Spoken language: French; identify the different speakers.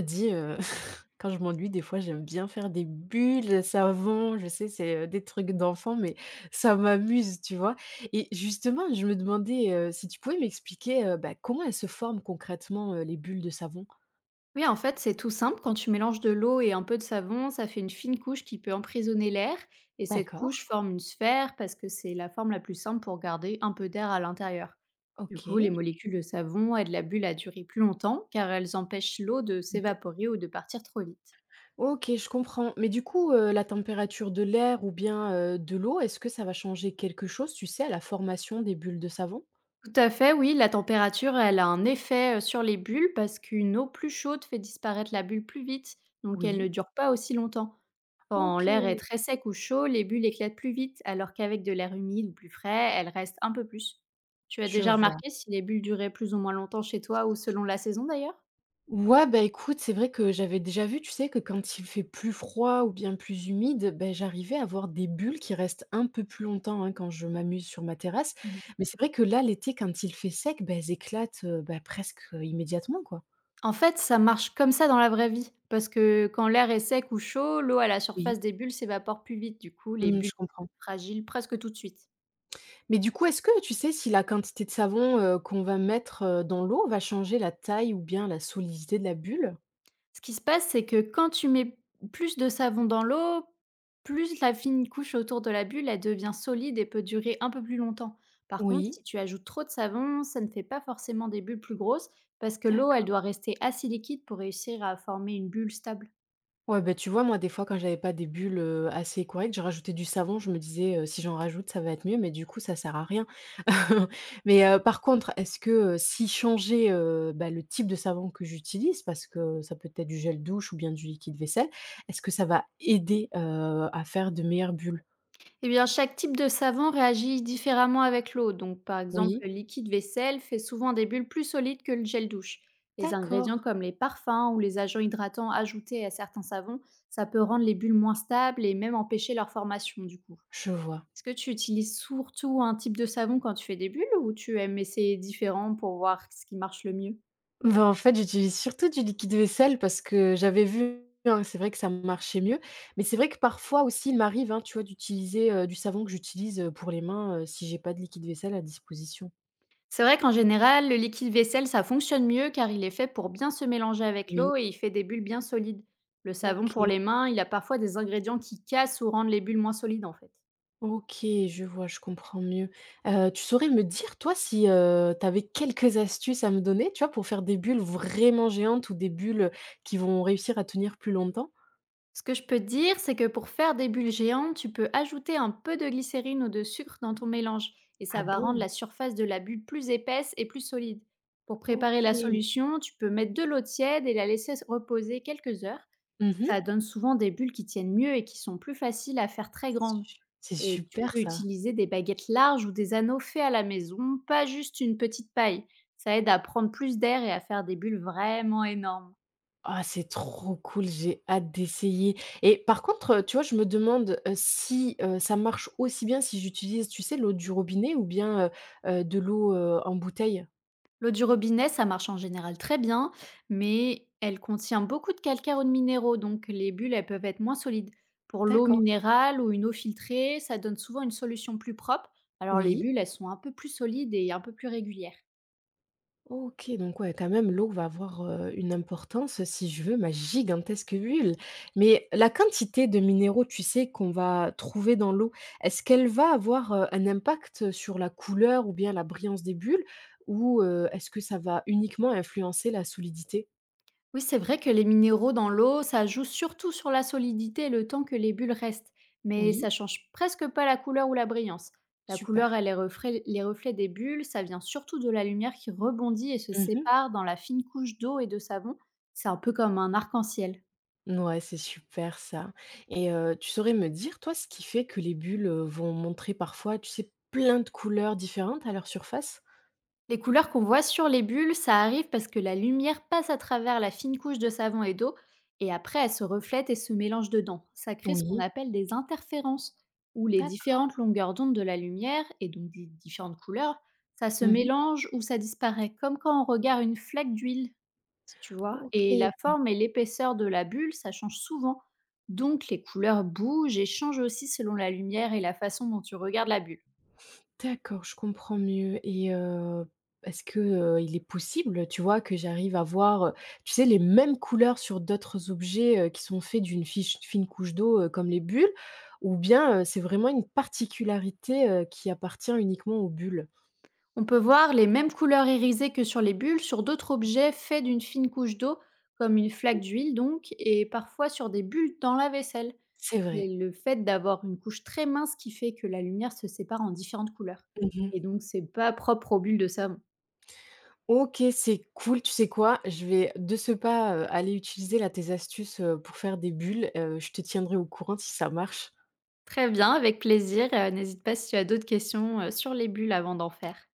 Speaker 1: Dis, quand je m'ennuie, des fois, j'aime bien faire des bulles, savon, je sais, c'est, des trucs d'enfant, mais ça m'amuse, tu vois? Et justement, je me demandais, si tu pouvais m'expliquer, bah, comment elles se forment concrètement, les bulles de savon?
Speaker 2: Oui, en fait, c'est tout simple. Quand tu mélanges de l'eau et un peu de savon, ça fait une fine couche qui peut emprisonner l'air. Et cette
Speaker 1: D'accord,
Speaker 2: couche forme une sphère parce que c'est la forme la plus simple pour garder un peu d'air à l'intérieur. Du coup, les
Speaker 1: OK.
Speaker 2: molécules de savon aident la bulle à durer plus longtemps car elles empêchent l'eau de
Speaker 1: Mmh.
Speaker 2: s'évaporer ou de partir trop vite.
Speaker 1: OK, je comprends. Mais du coup, la température de l'air ou bien, de l'eau, est-ce que ça va changer quelque chose, tu sais, à la formation des bulles de savon?
Speaker 2: Tout à fait, oui, la température, elle a un effet sur les bulles parce qu'une eau plus chaude fait disparaître la bulle plus vite, donc elle
Speaker 1: Oui.
Speaker 2: ne dure pas aussi longtemps. Quand l'air est
Speaker 1: OK,
Speaker 2: très sec ou chaud, les bulles éclatent plus vite, alors qu'avec de l'air humide ou plus frais, elles restent un peu plus. Tu as
Speaker 1: je
Speaker 2: déjà
Speaker 1: vois.
Speaker 2: remarqué si les bulles duraient plus ou moins longtemps chez toi ou selon la saison d'ailleurs?
Speaker 1: Ouais, bah, écoute, c'est vrai que j'avais déjà vu, tu sais, que quand il fait plus froid ou bien plus humide, ben j'arrivais à avoir des bulles qui restent un peu plus longtemps, hein, quand je m'amuse sur ma terrasse.
Speaker 2: Mhm.
Speaker 1: Mais c'est vrai que là, l'été, quand il fait sec, ben elles éclatent, bah, presque, immédiatement, quoi.
Speaker 2: En fait, ça marche comme ça dans la vraie vie, parce que quand l'air est sec ou chaud, l'eau à la
Speaker 1: Oui,
Speaker 2: surface des bulles s'évapore plus vite, du coup les
Speaker 1: mmh,
Speaker 2: bulles
Speaker 1: je
Speaker 2: sont
Speaker 1: comprends.
Speaker 2: fragiles presque tout de suite.
Speaker 1: Mais du coup, est-ce que tu sais si la quantité de savon, qu'on va mettre, dans l'eau va changer la taille ou bien la solidité de la bulle?
Speaker 2: Ce qui se passe, c'est que quand tu mets plus de savon dans l'eau, plus la fine couche autour de la bulle, elle devient solide et peut durer un peu plus longtemps. Par contre,
Speaker 1: Oui,
Speaker 2: si tu ajoutes trop de savon, ça ne fait pas forcément des bulles plus grosses parce que l'eau, elle
Speaker 1: d'accord.
Speaker 2: doit rester assez liquide pour réussir à former une bulle stable.
Speaker 1: Ouais, bah, tu vois, moi, des fois, quand j'avais pas des bulles, assez correctes, je rajoutais du savon. Je me disais, «Si j'en rajoute, ça va être mieux», mais du coup, ça sert à rien. Mais par contre, est-ce que, si changer, bah, le type de savon que j'utilise, parce que ça peut être du gel douche ou bien du liquide vaisselle, est-ce que ça va aider, à faire de meilleures bulles?
Speaker 2: Eh bien, chaque type de savon réagit différemment avec l'eau. Donc, par exemple,
Speaker 1: Oui,
Speaker 2: le liquide vaisselle fait souvent des bulles plus solides que le gel douche. Les
Speaker 1: d'accord,
Speaker 2: ingrédients comme les parfums ou les agents hydratants ajoutés à certains savons, ça peut rendre les bulles moins stables et même empêcher leur formation du coup.
Speaker 1: je vois.
Speaker 2: Est-ce que tu utilises surtout un type de savon quand tu fais des bulles, ou tu aimes essayer différents pour voir ce qui marche le mieux?
Speaker 1: Bah, en fait, j'utilise surtout du liquide vaisselle parce que j'avais vu, hein, c'est vrai que ça marchait mieux. Mais c'est vrai que parfois aussi, il m'arrive, hein, tu vois, d'utiliser, du savon que j'utilise, pour les mains, si j'ai pas de liquide vaisselle à disposition.
Speaker 2: C'est vrai qu'en général, le liquide vaisselle, ça fonctionne mieux car il est fait pour bien se mélanger avec
Speaker 1: Oui.
Speaker 2: l'eau et il fait des bulles bien solides. Le savon pour
Speaker 1: OK,
Speaker 2: les mains, il a parfois des ingrédients qui cassent ou rendent les bulles moins solides en fait.
Speaker 1: OK, je vois, je comprends mieux. Tu saurais me dire, toi, si, tu avais quelques astuces à me donner, tu vois, pour faire des bulles vraiment géantes ou des bulles qui vont réussir à tenir plus longtemps?
Speaker 2: Ce que je peux te dire, c'est que pour faire des bulles géantes, tu peux ajouter un peu de glycérine ou de sucre dans ton mélange, et ça
Speaker 1: Ah
Speaker 2: va rendre
Speaker 1: bon?
Speaker 2: la surface de la bulle plus épaisse et plus solide. Pour préparer la
Speaker 1: OK.
Speaker 2: solution, tu peux mettre de l'eau tiède et la laisser reposer quelques heures.
Speaker 1: Mmh mh.
Speaker 2: Ça donne souvent des bulles qui tiennent mieux et qui sont plus faciles à faire très grandes.
Speaker 1: C'est
Speaker 2: Et tu
Speaker 1: super
Speaker 2: peux
Speaker 1: ça.
Speaker 2: utiliser des baguettes larges ou des anneaux faits à la maison, pas juste une petite paille. Ça aide à prendre plus d'air et à faire des bulles vraiment énormes.
Speaker 1: Ah, c'est trop cool, j'ai hâte d'essayer et par contre, tu vois, je me demande, si, ça marche aussi bien si j'utilise, tu sais, l'eau du robinet ou bien, de l'eau, en bouteille?
Speaker 2: L'eau du robinet, ça marche en général très bien, mais elle contient beaucoup de calcaire ou de minéraux, donc les bulles, elles peuvent être moins solides. Pour l'eau
Speaker 1: D'accord.
Speaker 2: minérale ou une eau filtrée, ça donne souvent une solution plus propre. Alors les
Speaker 1: Oui?
Speaker 2: bulles, elles sont un peu plus solides et un peu plus régulières.
Speaker 1: OK, donc ouais, quand même, l'eau va avoir, une importance si je veux ma gigantesque bulle. Mais la quantité de minéraux, tu sais, qu'on va trouver dans l'eau, est-ce qu'elle va avoir, un impact sur la couleur ou bien la brillance des bulles? Ou, est-ce que ça va uniquement influencer la solidité?
Speaker 2: Oui, c'est vrai que les minéraux dans l'eau, ça joue surtout sur la solidité et le temps que les bulles restent, mais
Speaker 1: Oui,
Speaker 2: ça change presque pas la couleur ou la brillance. La
Speaker 1: super.
Speaker 2: couleur et les reflets des bulles, ça vient surtout de la lumière qui rebondit et se
Speaker 1: Mmh.
Speaker 2: sépare dans la fine couche d'eau et de savon. C'est un peu comme un arc-en-ciel.
Speaker 1: Ouais, c'est super ça et tu saurais me dire, toi, ce qui fait que les bulles, vont montrer parfois, tu sais, plein de couleurs différentes à leur surface?
Speaker 2: Les couleurs qu'on voit sur les bulles, ça arrive parce que la lumière passe à travers la fine couche de savon et d'eau, et après elle se reflète et se mélange dedans. Ça crée ce qu'on
Speaker 1: Oui,
Speaker 2: appelle des interférences, où les
Speaker 1: d'accord.
Speaker 2: différentes longueurs d'onde de la lumière, et donc des différentes couleurs, ça se
Speaker 1: Mmh.
Speaker 2: mélange ou ça disparaît, comme quand on regarde une flaque d'huile, si tu vois. Et
Speaker 1: OK,
Speaker 2: la forme et l'épaisseur de la bulle, ça change souvent. Donc les couleurs bougent et changent aussi selon la lumière et la façon dont tu regardes la bulle.
Speaker 1: d'accord, je comprends mieux et est-ce que, il est possible, tu vois, que j'arrive à voir, tu sais, les mêmes couleurs sur d'autres objets, qui sont faits d'une fiche fine couche d'eau, comme les bulles? Ou bien, c'est vraiment une particularité, qui appartient uniquement aux bulles?
Speaker 2: On peut voir les mêmes couleurs irisées que sur les bulles sur d'autres objets faits d'une fine couche d'eau, comme une flaque d'huile donc, et parfois sur des bulles dans la vaisselle.
Speaker 1: C'est
Speaker 2: C'est
Speaker 1: vrai.
Speaker 2: le fait d'avoir une couche très mince qui fait que la lumière se sépare en différentes couleurs.
Speaker 1: Mmh.
Speaker 2: Et donc, c'est pas propre aux bulles de savon.
Speaker 1: OK, c'est cool. Tu sais quoi? Je vais de ce pas, aller utiliser là tes astuces, pour faire des bulles. Je te tiendrai au courant si ça marche.
Speaker 2: Très bien, avec plaisir. N'hésite pas si tu as d'autres questions sur les bulles avant d'en faire.